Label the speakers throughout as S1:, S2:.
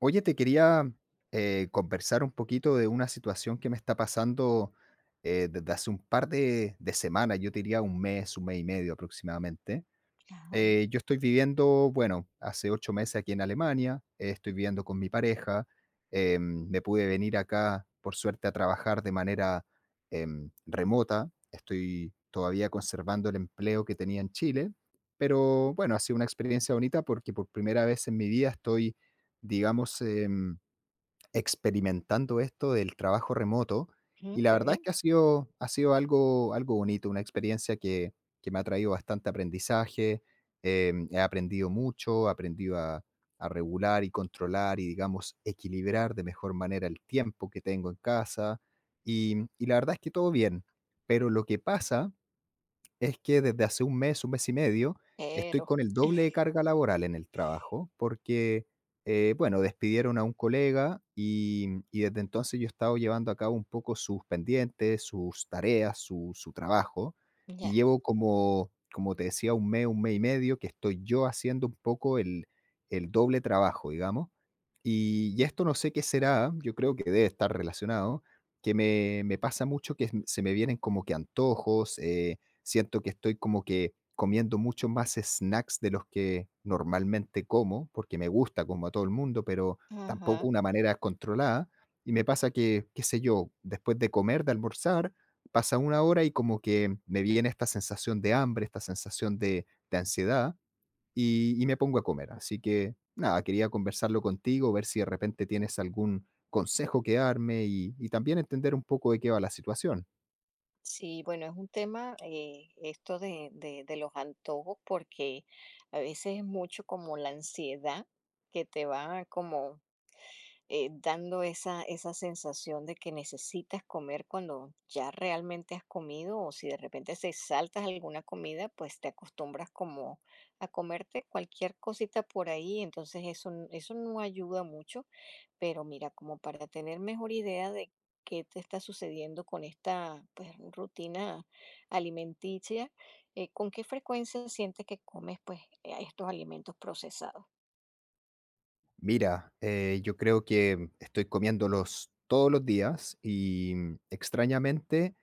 S1: Oye, te quería conversar un poquito de una situación que me está pasando desde hace un par de semanas, yo te diría un mes y medio aproximadamente,
S2: Ajá,
S1: yo estoy viviendo, bueno, hace 8 meses aquí en Alemania, estoy viviendo con mi pareja, me pude venir acá, por suerte, a trabajar de manera, remota. Estoy todavía conservando el empleo que tenía en Chile, pero bueno, ha sido una experiencia bonita porque por primera vez en mi vida estoy, digamos, experimentando esto del trabajo remoto,
S2: ujú,
S1: y la
S2: qué
S1: verdad es
S2: bien.
S1: que ha sido algo bonito, una experiencia que me ha traído bastante aprendizaje, he aprendido mucho, he aprendido a regular y controlar y, digamos, equilibrar de mejor manera el tiempo que tengo en casa, y la verdad es que todo bien, pero lo que pasa es que desde hace un mes y medio, estoy
S2: Pero,
S1: con el doble de carga laboral en el trabajo porque, bueno, despidieron a un colega y desde entonces yo he estado llevando a cabo un poco sus pendientes, sus tareas, su trabajo
S2: ya.
S1: y llevo como, como te decía, un mes y medio que estoy yo haciendo un poco el doble trabajo, digamos. Y esto no sé qué será, yo creo que debe estar relacionado, que me pasa mucho que se me vienen como que antojos, siento que estoy como que comiendo mucho más snacks de los que normalmente como, porque me gusta como a todo el mundo, pero tampoco
S2: Ajá.
S1: una manera controlada. Y me pasa que, qué sé yo, después de comer, de almorzar, pasa una hora y como que me viene esta sensación de hambre, esta sensación de ansiedad y me pongo a comer. Así que nada, quería conversarlo contigo, ver si de repente tienes algún consejo que darme y también entender un poco de qué va la situación.
S2: Sí, bueno, es un tema esto de los antojos porque a veces es mucho como la ansiedad que te va como dando esa sensación de que necesitas comer cuando ya realmente has comido, o si de repente se saltas alguna comida, pues te acostumbras como a comerte cualquier cosita por ahí. Entonces eso, eso no ayuda mucho, pero mira, como para tener mejor idea de qué te está sucediendo con esta pues, rutina alimenticia, ¿con qué frecuencia sientes que comes pues estos alimentos procesados?
S1: Mira, yo creo que estoy comiéndolos todos los días y extrañamente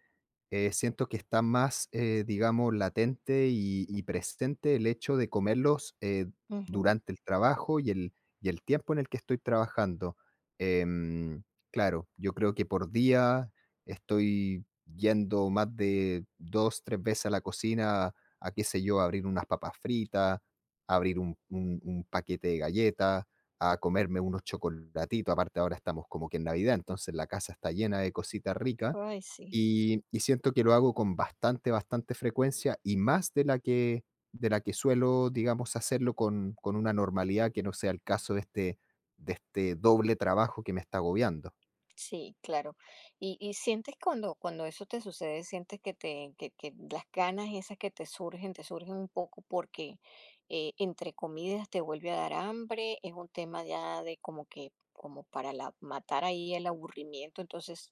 S1: siento que está más, digamos, latente y presente el hecho de comerlos,
S2: Ujú.
S1: durante el trabajo y el tiempo en el que estoy trabajando. Em, claro, yo creo que por día estoy yendo más de 2 3 veces a la cocina a, qué sé yo, a abrir unas papas fritas, a abrir un paquete de galletas, a comerme unos chocolatitos. Aparte, ahora estamos como que en Navidad, entonces la casa está llena de cositas ricas.
S2: Ay, sí.
S1: Y siento que lo hago con bastante, bastante frecuencia y más de la que suelo, digamos, hacerlo con una normalidad que no sea el caso de este doble trabajo que me está agobiando.
S2: Sí, claro. Y sientes cuando, cuando eso te sucede, sientes que te, que las ganas esas que te surgen un poco porque entre comidas te vuelve a dar hambre. Es un tema ya de como que, como para matar ahí el aburrimiento. Entonces,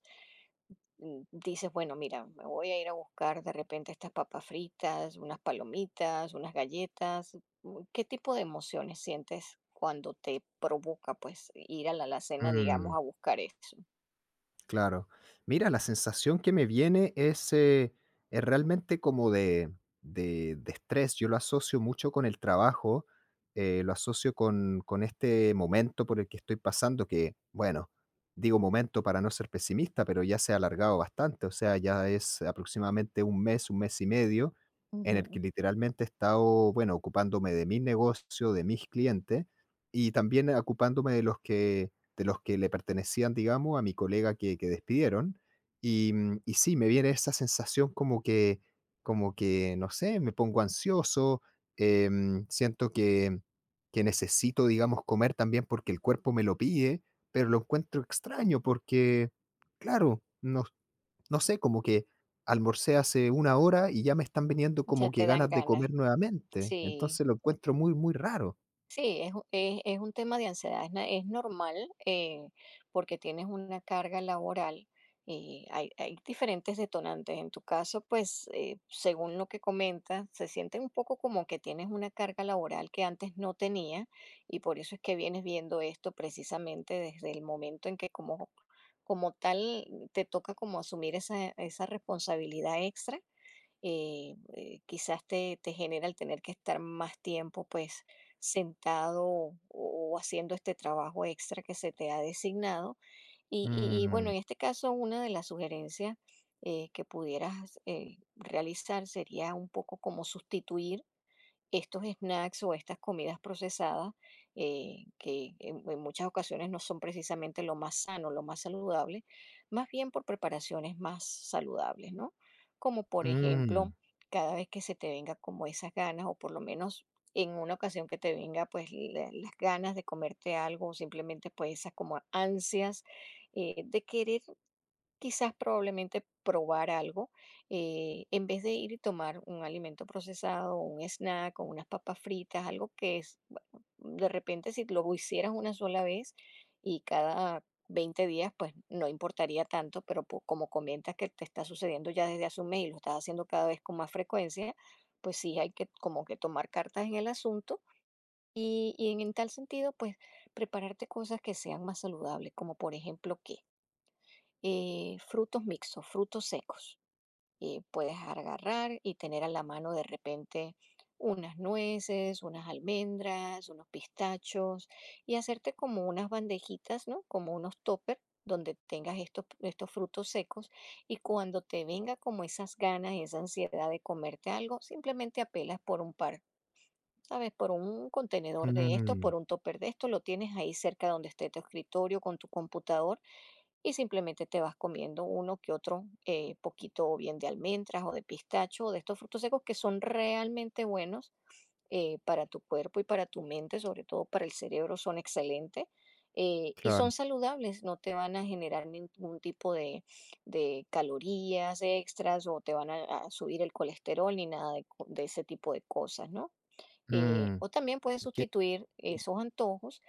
S2: dices, bueno, mira, me voy a ir a buscar de repente estas papas fritas, unas palomitas, unas galletas. ¿Qué tipo de emociones sientes cuando te provoca pues ir a la alacena, digamos,
S1: Mm.
S2: a buscar eso?
S1: Claro. Mira, la sensación que me viene es realmente como de, de estrés. Yo lo asocio mucho con el trabajo, lo asocio con este momento por el que estoy pasando, que, bueno, digo momento para no ser pesimista, pero ya se ha alargado bastante, o sea, ya es aproximadamente un mes y medio, en el que literalmente he estado, bueno, ocupándome de mi negocio, de mis clientes, y también ocupándome de los que le pertenecían, digamos, a mi colega que despidieron. Y, mm, y sí, me viene esa sensación como que, no sé, me pongo ansioso, siento que necesito, digamos, comer también porque el cuerpo me lo pide, pero lo encuentro extraño porque, claro, no, no sé, como que almorcé hace una hora y ya me están viniendo
S2: Ya
S1: como que
S2: te dan
S1: ganas de
S2: ganas,
S1: comer nuevamente.
S2: sí.
S1: Entonces lo encuentro muy, muy raro.
S2: Sí, es, es un tema de ansiedad. Es, es normal, eh, porque tienes una carga laboral y hay diferentes detonantes. En tu caso, pues, según lo que comentas, se siente un poco como que tienes una carga laboral que antes no tenía, y por eso es que vienes viendo esto precisamente desde el momento en que como, como tal te toca como asumir esa responsabilidad extra. Quizás te, te genera el tener que estar más tiempo pues sentado, o haciendo este trabajo extra que se te ha designado. Y, bueno,
S1: Mm,
S2: en este caso una de las sugerencias que pudieras realizar sería un poco como sustituir estos snacks o estas comidas procesadas, que en muchas ocasiones no son precisamente lo más sano, lo más saludable, más bien por preparaciones más saludables, ¿no? Como por ejemplo,
S1: mm,
S2: cada vez que se te venga como esas ganas, o por lo menos en una ocasión que te venga pues las ganas de comerte algo, o simplemente pues esas como ansias de querer quizás probablemente probar algo. En vez de ir y tomar un alimento procesado, un snack o unas papas fritas, algo que es, bueno, de repente si lo hicieras una sola vez y cada 20 días, pues no importaría tanto, pero como comentas que te está sucediendo ya desde hace un mes y lo estás haciendo cada vez con más frecuencia, pues sí hay que como que tomar cartas en el asunto. Y en tal sentido, pues prepararte cosas que sean más saludables, como por ejemplo que frutos mixtos, frutos secos. Y puedes agarrar y tener a la mano de repente unas nueces, unas almendras, unos pistachos, y hacerte como unas bandejitas, ¿no? Como unos toppers donde tengas estos frutos secos, y cuando te venga como esas ganas, esa ansiedad de comerte algo, simplemente apelas por un par, ¿sabes? Por un contenedor de esto,
S1: mm,
S2: por un topper de esto. Lo tienes ahí cerca donde esté tu escritorio con tu computador, y simplemente te vas comiendo uno que otro poquito, o bien de almendras, o de pistacho, o de estos frutos secos, que son realmente buenos para tu cuerpo y para tu mente, sobre todo para el cerebro. Son excelentes y
S1: claro.
S2: son saludables. No te van a generar ningún tipo de calorías extras, o te van a subir el colesterol, ni nada de, de ese tipo de cosas, ¿no?
S1: Mm,
S2: O también puedes
S1: que
S2: sustituir esos antojos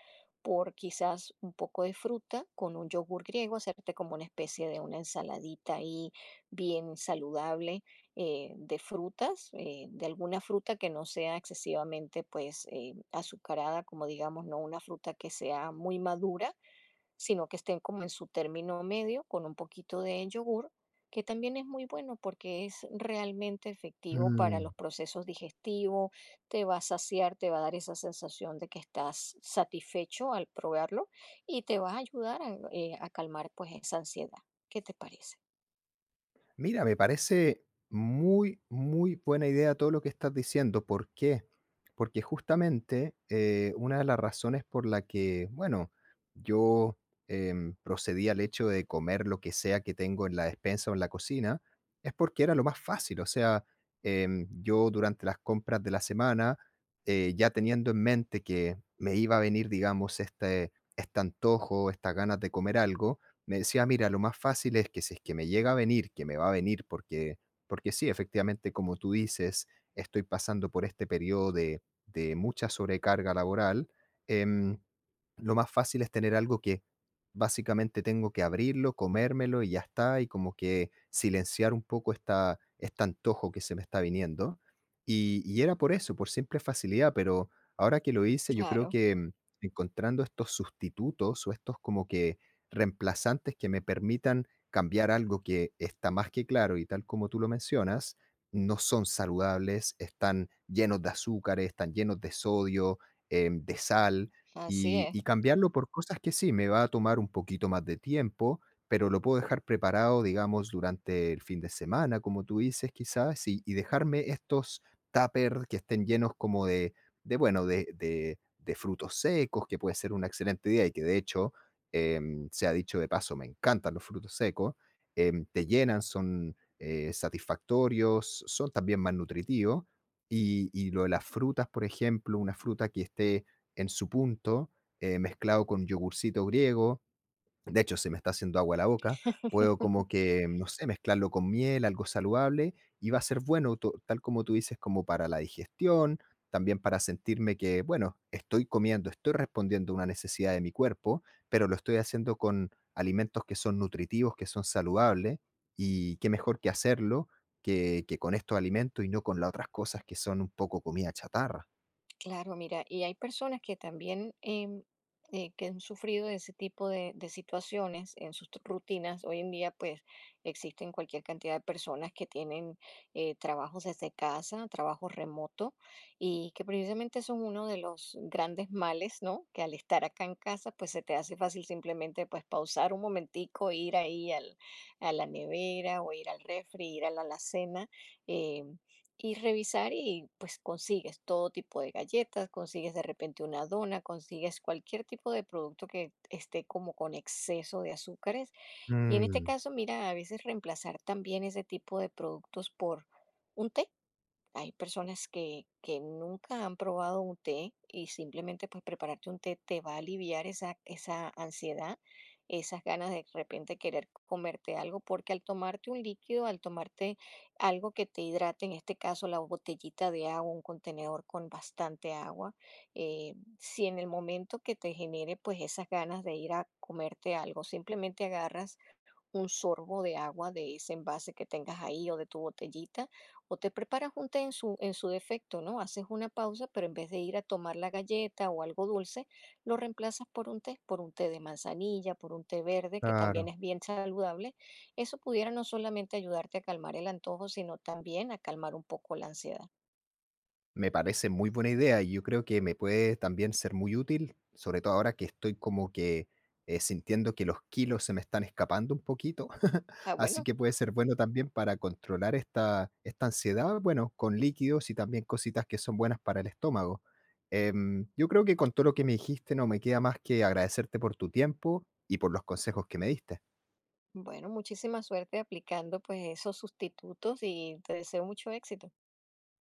S2: por quizás un poco de fruta con un yogur griego, hacerte como una especie de una ensaladita ahí bien saludable, de frutas, de alguna fruta que no sea excesivamente pues azucarada, como digamos, no una fruta que sea muy madura, sino que estén como en su término medio, con un poquito de yogur, que también es muy bueno porque es realmente efectivo para
S1: mm.
S2: los procesos digestivos. Te va a saciar, te va a dar esa sensación de que estás satisfecho al probarlo, y te va a ayudar a calmar pues esa ansiedad. ¿Qué te parece?
S1: Mira, me parece muy, muy buena idea todo lo que estás diciendo. ¿Por qué? Porque justamente una de las razones por la que, bueno, yo procedí al hecho de comer lo que sea que tengo en la despensa o en la cocina, es porque era lo más fácil. O sea, yo durante las compras de la semana, ya teniendo en mente que me iba a venir, digamos, este antojo, estas ganas de comer algo, me decía, mira, lo más fácil es que si es que me llega a venir, que me va a venir, porque, porque sí, efectivamente, como tú dices, estoy pasando por este periodo de mucha sobrecarga laboral, em, lo más fácil es tener algo que básicamente tengo que abrirlo, comérmelo y ya está, y como que silenciar un poco esta, este antojo que se me está viniendo. Y era por eso, por simple facilidad, pero ahora que lo hice, yo creo
S2: Claro,
S1: que encontrando estos sustitutos o estos como que reemplazantes que me permitan cambiar algo que está más que claro y tal como tú lo mencionas, no son saludables, están llenos de azúcares, están llenos de sodio, de sal,
S2: así es.
S1: y cambiarlo por cosas que sí, me va a tomar un poquito más de tiempo, pero lo puedo dejar preparado, digamos, durante el fin de semana, como tú dices, quizás, y dejarme estos tuppers que estén llenos como de bueno, de, de frutos secos, que puede ser una excelente idea y que de hecho sea dicho de paso, me encantan los frutos secos, te llenan, son satisfactorios, son también más nutritivos. Y lo de las frutas, por ejemplo, una fruta que esté en su punto, mezclado con yogurcito griego, de hecho, se me está haciendo agua la boca. Puedo como que, no sé, mezclarlo con miel, algo saludable, y va a ser bueno, tal como tú dices, como para la digestión, también para sentirme que, bueno, estoy comiendo, estoy respondiendo a una necesidad de mi cuerpo, pero lo estoy haciendo con alimentos que son nutritivos, que son saludables, y qué mejor que hacerlo que con estos alimentos y no con las otras cosas que son un poco comida chatarra.
S2: Claro, mira, y hay personas que también que han sufrido de ese tipo de situaciones en sus rutinas. Hoy en día, pues, existen cualquier cantidad de personas que tienen trabajos desde casa, trabajo remoto, y que precisamente son uno de los grandes males, ¿no? Que al estar acá en casa, pues, se te hace fácil simplemente, pues, pausar un momentico, ir ahí a la nevera, o ir al refri, ir a la alacena. em, y revisar, y pues consigues todo tipo de galletas, consigues de repente una dona, consigues cualquier tipo de producto que esté como con exceso de azúcares. Y en este
S1: Mm,
S2: caso, mira, a veces reemplazar también ese tipo de productos por un té. Hay personas que nunca han probado un té, y simplemente pues prepararte un té te va a aliviar esa, esa ansiedad, esas ganas de repente querer comerte algo, porque al tomarte un líquido, al tomarte algo que te hidrate, en este caso la botellita de agua, un contenedor con bastante agua, eh, si en el momento que te genere pues esas ganas de ir a comerte algo, simplemente agarras un sorbo de agua de ese envase que tengas ahí, o de tu botellita, o te preparas un té en su defecto, ¿no? Haces una pausa, pero en vez de ir a tomar la galleta o algo dulce, lo reemplazas por un té de manzanilla, por un té verde, que también
S1: claro.
S2: es bien saludable. Eso pudiera no solamente ayudarte a calmar el antojo, sino también a calmar un poco la ansiedad.
S1: Me parece muy buena idea y yo creo que me puede también ser muy útil, sobre todo ahora que estoy como que sintiendo que los kilos se me están escapando un poquito,
S2: Ah,
S1: así
S2: bueno,
S1: que puede ser bueno también para controlar esta, esta ansiedad, bueno, con líquidos y también cositas que son buenas para el estómago. Yo creo que con todo lo que me dijiste no me queda más que agradecerte por tu tiempo y por los consejos que me diste.
S2: bueno, muchísima suerte aplicando pues esos sustitutos, y te deseo mucho éxito.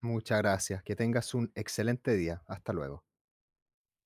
S1: Muchas gracias, que tengas un excelente día. Hasta luego.